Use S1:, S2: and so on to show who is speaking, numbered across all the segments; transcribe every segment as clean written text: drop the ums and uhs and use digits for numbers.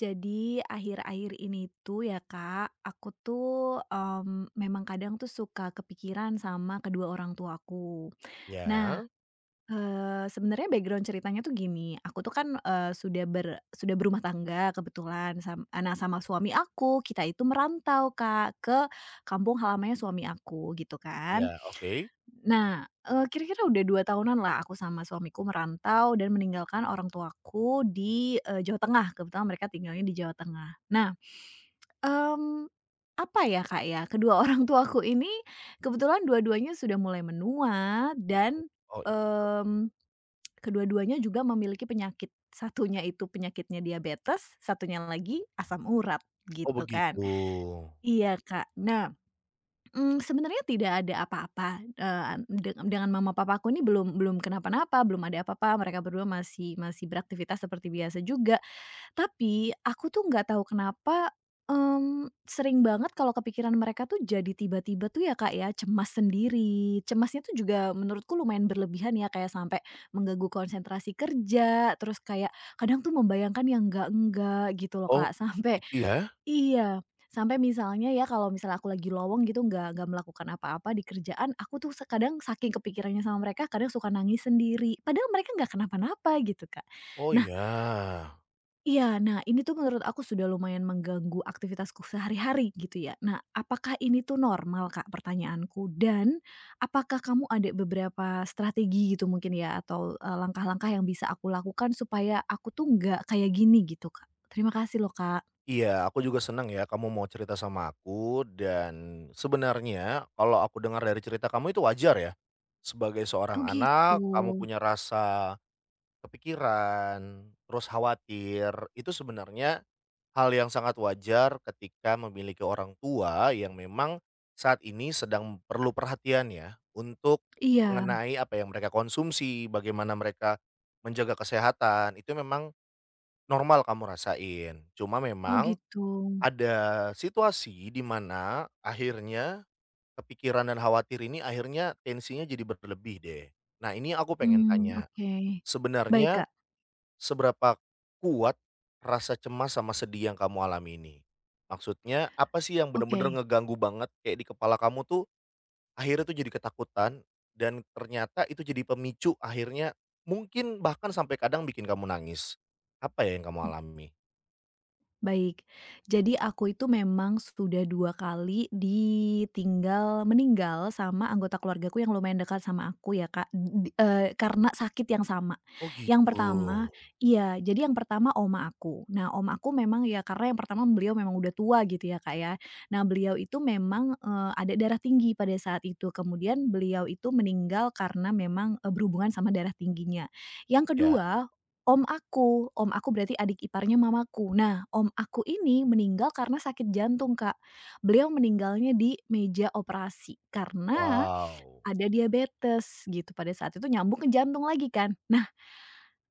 S1: Jadi akhir-akhir ini tuh ya Kak, aku tuh, memang kadang tuh suka kepikiran sama kedua orang tuaku.
S2: Ya,
S1: Nah, sebenarnya background ceritanya tuh gini, aku tuh kan, sudah berumah tangga kebetulan sam eee, nah sama suami aku, kita itu merantau Kak, ke kampung halamannya suami aku gitu kan.
S2: ya, oke.
S1: Nah, kira-kira udah dua tahunan lah aku sama suamiku merantau dan meninggalkan orang tuaku di, Jawa Tengah, kebetulan mereka tinggalnya di Jawa Tengah. Nah, mmm, apa ya, Kak, ya, kedua orang tuaku ini kebetulan dua-duanya sudah mulai menua dan,
S2: Oh
S1: mmm, kedua-duanya juga memiliki penyakit. Satunya itu penyakitnya diabetes, satunya lagi asam urat,
S2: oh
S1: gitu kan.
S2: begitu.
S1: Iya, Kak. Nah, sebenarnya tidak ada apa-apa, eee, de dengan mama papaku ini belum belum kenapa-napa, belum ada apa-apa, mereka berdua masih masih beraktivitas seperti biasa juga. Tapi aku tuh nggak tahu kenapa, sering banget kalau kepikiran mereka tuh jadi tiba-tiba tuh ya, Kak, ya, cemas sendiri. Cemasnya tuh juga menurutku lumayan berlebihan ya, kayak sampai mengganggu konsentrasi kerja, terus kayak kadang tuh membayangkan yang enggak-enggak gitu loh,
S2: Oh,
S1: Kak. Sampai
S2: gitu ya?
S1: Iya, sampai misalnya ya kalau misalnya aku lagi lowong gitu nggak melakukan apa-apa di kerjaan, aku tuh kadang saking kepikirannya sama mereka, kadang suka nangis sendiri, padahal mereka nggak kenapa-napa gitu, Kak.
S2: Oh
S1: Nah,
S2: ya,
S1: iya, nah ini tuh menurut aku sudah lumayan mengganggu aktivitasku sehari-hari gitu ya. Nah, apakah ini tuh normal, Kak, pertanyaanku? Dan apakah kamu ada beberapa strategi gitu mungkin ya atau, langkah-langkah yang bisa aku lakukan supaya aku tuh nggak kayak gini gitu, Kak? Terima kasih loh, Kak.
S2: iya, aku juga senang ya kamu mau cerita sama aku dan sebenarnya kalau aku dengar dari cerita kamu itu wajar ya. Sebagai seorang
S1: Oh gitu,
S2: anak, kamu punya rasa kepikiran, terus khawatir, itu sebenarnya hal yang sangat wajar ketika memiliki orang tua yang memang saat ini sedang perlu perhatian ya, untuk
S1: iya.
S2: mengenai apa yang mereka konsumsi, bagaimana mereka menjaga kesehatan, itu memang normal kamu rasain. Cuma
S1: Oh
S2: memang
S1: gitu,
S2: ada situasi di mana akhirnya kepikiran dan khawatir ini akhirnya tensinya jadi berlebih deh. Nah, ini aku pengen
S1: mmm,
S2: tanya,
S1: oke. Baik
S2: sebenarnya
S1: Kak,
S2: seberapa kuat rasa cemas sama sedih yang kamu alami ini? Maksudnya apa sih yang
S1: oke.
S2: bener-bener ngeganggu banget kayak di kepala kamu tuh akhirnya tuh jadi ketakutan dan ternyata itu jadi pemicu akhirnya mungkin bahkan sampai kadang bikin kamu nangis. Apa ya yang kamu alami?
S1: Baik, jadi aku itu memang sudah 2 kali ditinggal meninggal sama anggota keluargaku yang lumayan dekat sama aku ya Kak, karena sakit yang sama.
S2: Oh
S1: Yang pertama
S2: gitu.
S1: Iya, jadi yang pertama oma aku. Nah, oma aku memang ya karena yang pertama beliau memang udah tua gitu ya Kak ya. Nah, beliau itu memang, ada darah tinggi pada saat itu, kemudian beliau itu meninggal karena memang, berhubungan sama darah tingginya. Yang
S2: Ya,
S1: kedua, Om aku berarti adik iparnya mamaku. Nah, om aku ini meninggal karena sakit jantung, Kak. Beliau meninggalnya di meja operasi karena
S2: wow.
S1: ada diabetes gitu, pada saat itu nyambung ke jantung lagi kan. Nah,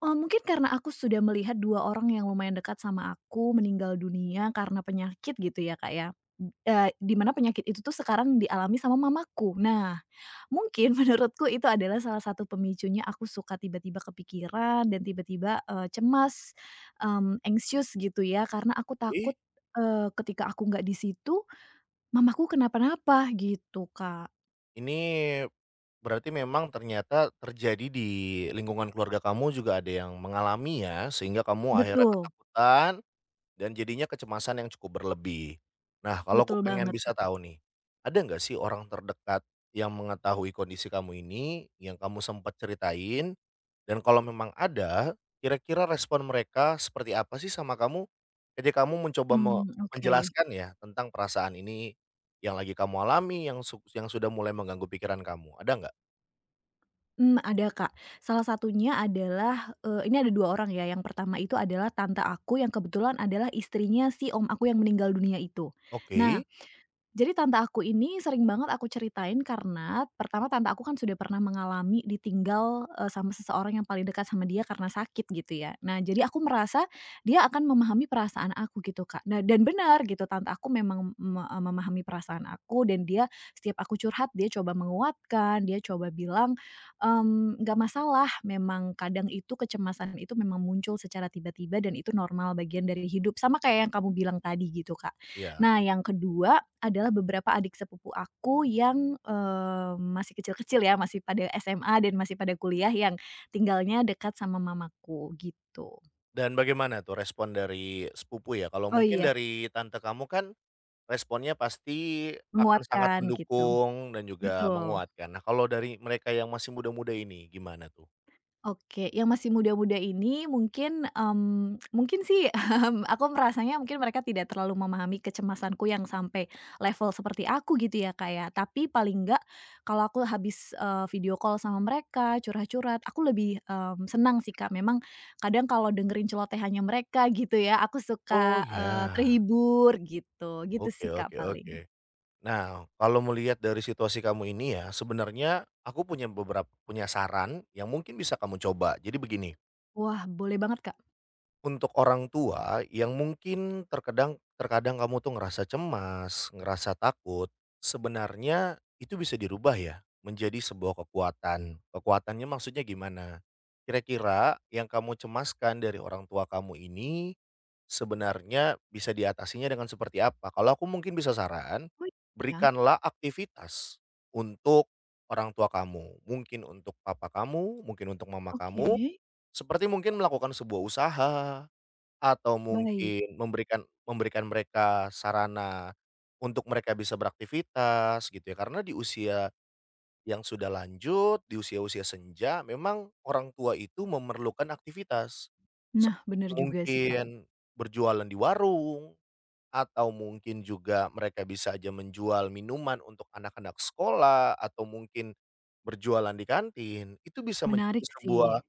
S1: mungkin karena aku sudah melihat 2 orang yang lumayan dekat sama aku meninggal dunia karena penyakit gitu ya, Kak, ya, di mana penyakit itu tuh sekarang dialami sama mamaku. Nah, mungkin menurutku itu adalah salah satu pemicunya aku suka tiba-tiba kepikiran dan tiba-tiba, cemas, anxious gitu ya karena aku
S2: Ih,
S1: takut, ketika aku nggak di situ mamaku kenapa-napa gitu, Kak.
S2: ini berarti memang ternyata terjadi di lingkungan keluarga kamu juga ada yang mengalami ya sehingga kamu akhirnya
S1: Betul,
S2: ketakutan dan jadinya kecemasan yang cukup berlebih. Nah, kalau aku
S1: betul
S2: pengen
S1: banget,
S2: bisa
S1: Kak.
S2: tahu nih, ada nggak sih orang terdekat yang mengetahui kondisi kamu ini, yang kamu sempat ceritain? Dan kalau memang ada, kira-kira respon mereka seperti apa sih sama kamu, ketika kamu mencoba
S1: Mmm, oke.
S2: menjelaskan ya, tentang perasaan ini yang lagi kamu alami, yang sudah mulai mengganggu pikiran kamu, ada nggak?
S1: Mmm, ada, Kak. Salah satunya adalah, ini ada 2 orang ya, yang pertama itu adalah tante aku yang kebetulan adalah istrinya si om aku yang meninggal dunia itu. Nah,
S2: Oke,
S1: jadi tante aku ini sering banget aku ceritain karena pertama tante aku kan sudah pernah mengalami ditinggal, sama seseorang yang paling dekat sama dia karena sakit gitu ya. Nah, jadi aku merasa dia akan memahami perasaan aku gitu Kak. Nah, dan benar gitu tante aku memang memahami perasaan aku dan dia setiap aku curhat dia coba menguatkan, dia coba bilang, "Nggak masalah, memang kadang itu kecemasan itu memang muncul secara tiba-tiba dan itu normal bagian dari hidup." Sama kayak yang kamu bilang tadi gitu Kak.
S2: ya.
S1: Nah, yang kedua adalah beberapa adik sepupu aku yang, masih kecil-kecil ya, masih pada SMA dan masih pada kuliah yang tinggalnya dekat sama mamaku, gitu.
S2: Dan bagaimana tuh respon dari sepupu ya? Kalau
S1: Oh
S2: mungkin
S1: iya,
S2: dari tante kamu kan responnya pasti akan sangat
S1: menguatkan gitu,
S2: mendukung dan juga
S1: betul.
S2: menguatkan. Nah, kalau dari mereka yang masih muda-muda ini gimana tuh?
S1: Oke, yang masih muda-muda ini mungkin sih, aku merasanya mungkin mereka tidak terlalu memahami kecemasanku yang sampai level seperti aku gitu ya, kayak. Tapi paling enggak kalau aku habis, video call sama mereka, curhat-curhat, aku lebih, senang sih, Kak. Memang kadang kalau dengerin celotehannya mereka gitu ya, aku
S2: Oh
S1: suka,
S2: ya,
S1: terhibur gitu. Gitu
S2: oke
S1: sih, Kak,
S2: oke oke.
S1: paling.
S2: Nah, kalau melihat dari situasi kamu ini ya, sebenarnya aku punya beberapa punya saran yang mungkin bisa kamu coba. Jadi begini.
S1: Wah, boleh banget, Kak.
S2: Untuk orang tua yang mungkin terkadang terkadang kamu tuh ngerasa cemas, ngerasa takut, sebenarnya itu bisa dirubah ya menjadi sebuah kekuatan. Kekuatannya maksudnya gimana? Kira-kira yang kamu cemaskan dari orang tua kamu ini sebenarnya bisa diatasinya dengan seperti apa? Kalau aku mungkin bisa saran,
S1: Oh, iya?
S2: berikanlah aktivitas untuk orang tua kamu, mungkin untuk papa kamu, mungkin untuk mama
S1: Oke,
S2: kamu, seperti mungkin melakukan sebuah usaha atau
S1: baik.
S2: mungkin memberikan memberikan mereka sarana untuk mereka bisa beraktivitas gitu ya, karena di usia yang sudah lanjut, di usia-usia senja memang orang tua itu memerlukan aktivitas.
S1: Nah,
S2: Seperti
S1: benar juga sih, Kak.
S2: mungkin berjualan di warung, atau mungkin juga mereka bisa aja menjual minuman untuk anak-anak sekolah, atau mungkin berjualan di kantin, itu bisa menjadi
S1: Menarik sih.
S2: sebuah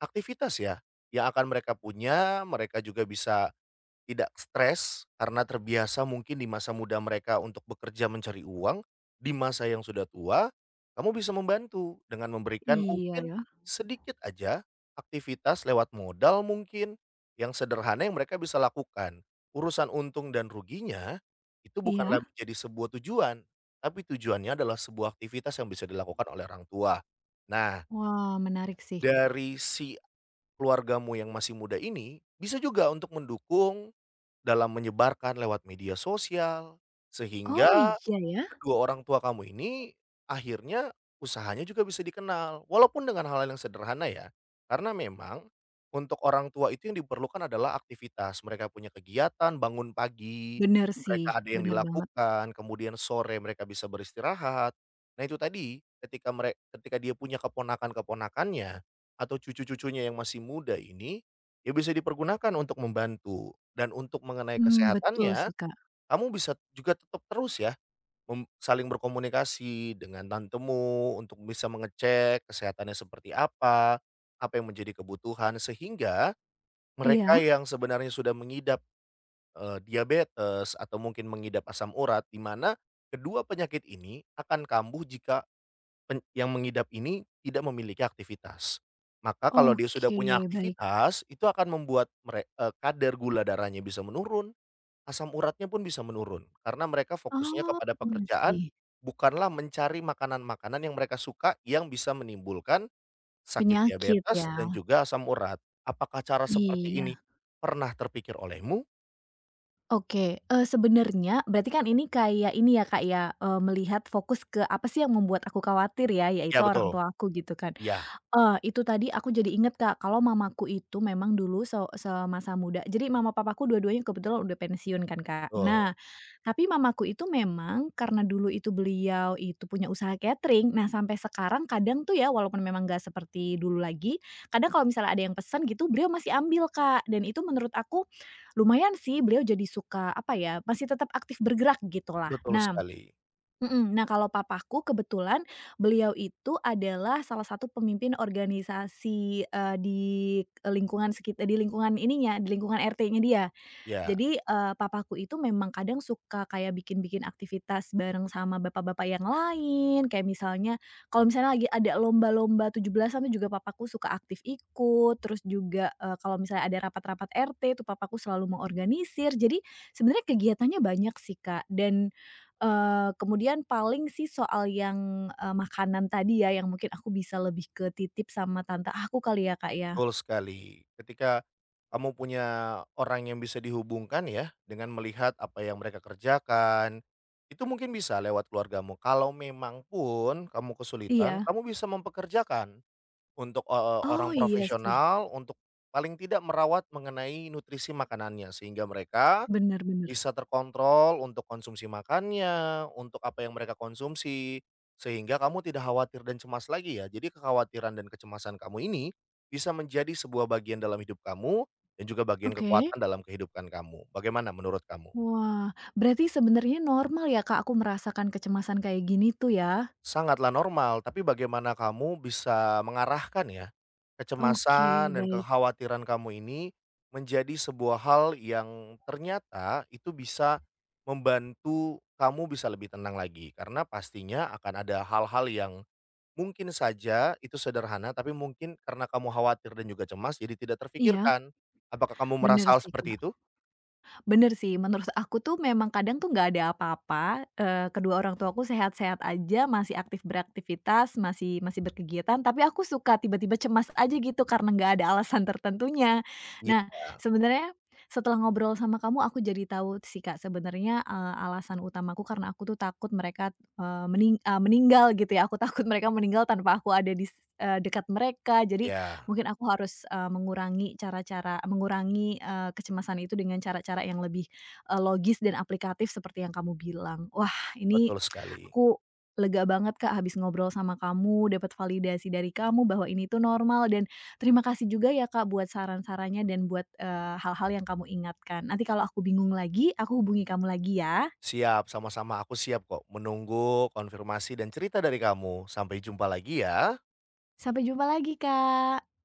S2: aktivitas ya, yang akan mereka punya, mereka juga bisa tidak stres karena terbiasa mungkin di masa muda mereka untuk bekerja mencari uang, di masa yang sudah tua, kamu bisa membantu dengan memberikan
S1: Iya
S2: mungkin
S1: ya,
S2: sedikit aja aktivitas lewat modal mungkin yang sederhana yang mereka bisa lakukan. Urusan untung dan ruginya itu bukanlah
S1: iya.
S2: menjadi sebuah tujuan, tapi tujuannya adalah sebuah aktivitas yang bisa dilakukan oleh orang tua. Nah,
S1: Wah, menarik sih.
S2: dari si keluargamu yang masih muda ini bisa juga untuk mendukung dalam menyebarkan lewat media sosial, sehingga,
S1: Oh, iya ya?
S2: kedua orang tua kamu ini, akhirnya usahanya juga bisa dikenal, walaupun dengan hal-hal yang sederhana ya. Karena memang untuk orang tua itu yang diperlukan adalah aktivitas, mereka punya kegiatan, bangun pagi,
S1: Bener sih,
S2: mereka ada yang
S1: bener banget.
S2: dilakukan, kemudian sore mereka bisa beristirahat. Nah itu tadi, ketika mereka ketika dia punya keponakan-keponakannya, atau cucu-cucunya yang masih muda ini, ya bisa dipergunakan untuk membantu dan untuk mengenai
S1: Mmm, betul
S2: kesehatannya,
S1: sih, Kak.
S2: kamu bisa juga tetap terus ya mem saling berkomunikasi dengan tantemu untuk bisa mengecek kesehatannya seperti apa, apa yang menjadi kebutuhan, sehingga mereka
S1: Iya?
S2: yang sebenarnya sudah mengidap, diabetes atau mungkin mengidap asam urat, di mana kedua penyakit ini akan kambuh jika pen yang mengidap ini tidak memiliki aktivitas. Maka kalau dia sudah
S1: Oke,
S2: punya
S1: baik.
S2: aktivitas, itu akan membuat kadar gula darahnya bisa menurun, asam uratnya pun bisa menurun, karena mereka fokusnya
S1: Oh,
S2: kepada
S1: iya, mhm,
S2: pekerjaan,
S1: sih.
S2: bukanlah mencari makanan-makanan yang mereka suka yang bisa menimbulkan sakit
S1: Penyakit
S2: diabetes
S1: ya?
S2: dan juga asam urat. Apakah cara seperti
S1: Iya.
S2: ini pernah terpikir olehmu?
S1: Oke, sebenarnya berarti kan ini kayak ini ya, Kak, ya, melihat fokus ke apa sih yang membuat aku khawatir ya, yaitu
S2: Ya
S1: orang
S2: betul.
S1: tua aku gitu kan.
S2: Ya
S1: Itu tadi aku jadi inget, Kak, kalau mamaku itu memang dulu semasa muda jadi mama papaku dua-duanya kebetulan udah pensiun kan, Kak.
S2: betul.
S1: Nah, tapi mamaku itu memang karena dulu itu beliau itu punya usaha catering, nah sampai sekarang kadang tuh ya walaupun memang nggak seperti dulu lagi, kadang kalau misalnya ada yang pesan gitu beliau masih ambil, Kak, dan itu menurut aku lumayan sih beliau jadi suka apa ya, masih tetap aktif bergerak gitulah.
S2: Betul
S1: Nah,
S2: sekali.
S1: mhm. Nah, kalau papaku kebetulan beliau itu adalah salah satu pemimpin organisasi, di lingkungan sekitar di lingkungan ininya, di lingkungan RT-nya dia.
S2: Ya
S1: Jadi, papaku itu memang kadang suka kayak bikin-bikin aktivitas bareng sama bapak-bapak yang lain, kayak misalnya kalau misalnya lagi ada lomba-lomba 17-an tuh juga papaku suka aktif ikut, terus juga, kalau misalnya ada rapat-rapat RT tuh papaku selalu mengorganisir. Jadi sebenarnya kegiatannya banyak sih, Kak, dan, kemudian paling sih soal yang, makanan tadi ya, yang mungkin aku bisa lebih ke titip sama tante aku kali ya, Kak, ya?
S2: betul sekali. Ketika kamu punya orang yang bisa dihubungkan ya, dengan melihat apa yang mereka kerjakan, itu mungkin bisa lewat keluargamu. Kalau memang pun kamu kesulitan,
S1: Iya.
S2: kamu bisa mempekerjakan untuk, orang
S1: Oh, iya sih,
S2: profesional untuk paling tidak merawat mengenai nutrisi makanannya, sehingga mereka
S1: bener bener.
S2: bisa terkontrol untuk konsumsi makannya, untuk apa yang mereka konsumsi, sehingga kamu tidak khawatir dan cemas lagi ya. Jadi kekhawatiran dan kecemasan kamu ini bisa menjadi sebuah bagian dalam hidup kamu dan juga bagian
S1: Oke.
S2: kekuatan dalam kehidupan kamu. Bagaimana menurut kamu?
S1: Wah, berarti sebenarnya normal ya, Kak, aku merasakan kecemasan kayak gini tuh ya?
S2: Sangatlah normal, tapi bagaimana kamu bisa mengarahkan ya,
S1: Oke,
S2: kecemasan dan
S1: baik.
S2: kekhawatiran kamu ini menjadi sebuah hal yang ternyata itu bisa membantu kamu bisa lebih tenang lagi. Karena pastinya akan ada hal-hal yang mungkin saja itu sederhana, tapi mungkin karena kamu khawatir dan juga cemas jadi tidak
S1: Iya,
S2: terfikirkan. Apakah kamu
S1: bener
S2: merasa hal
S1: sih,
S2: seperti
S1: Kak.
S2: itu?
S1: Bener sih, menurut aku tuh memang kadang tuh nggak ada apa-apa, kedua orang tuaku sehat-sehat aja, masih aktif beraktivitas, masih masih berkegiatan, tapi aku suka tiba-tiba cemas aja gitu karena nggak ada alasan tertentunya.
S2: Iya.
S1: Nah, sebenarnya setelah ngobrol sama kamu aku jadi tahu sih, Kak, sebenarnya, alasan utamaku karena aku tuh takut mereka, meninggal gitu ya, aku takut mereka meninggal tanpa aku ada dekat mereka, jadi
S2: Ya,
S1: mungkin aku harus, mengurangi cara-cara mengurangi, kecemasan itu dengan cara-cara yang lebih, logis dan aplikatif seperti yang kamu bilang. Wah, ini
S2: betul sekali.
S1: aku lega banget, Kak, habis ngobrol sama kamu, dapat validasi dari kamu bahwa ini tuh normal dan terima kasih juga ya, Kak, buat saran-sarannya dan buat, hal-hal yang kamu ingatkan. Nanti kalau aku bingung lagi, aku hubungi kamu lagi ya.
S2: Siap, sama-sama aku siap kok menunggu konfirmasi dan cerita dari kamu. Sampai jumpa lagi ya.
S1: Sampai jumpa lagi, Kak.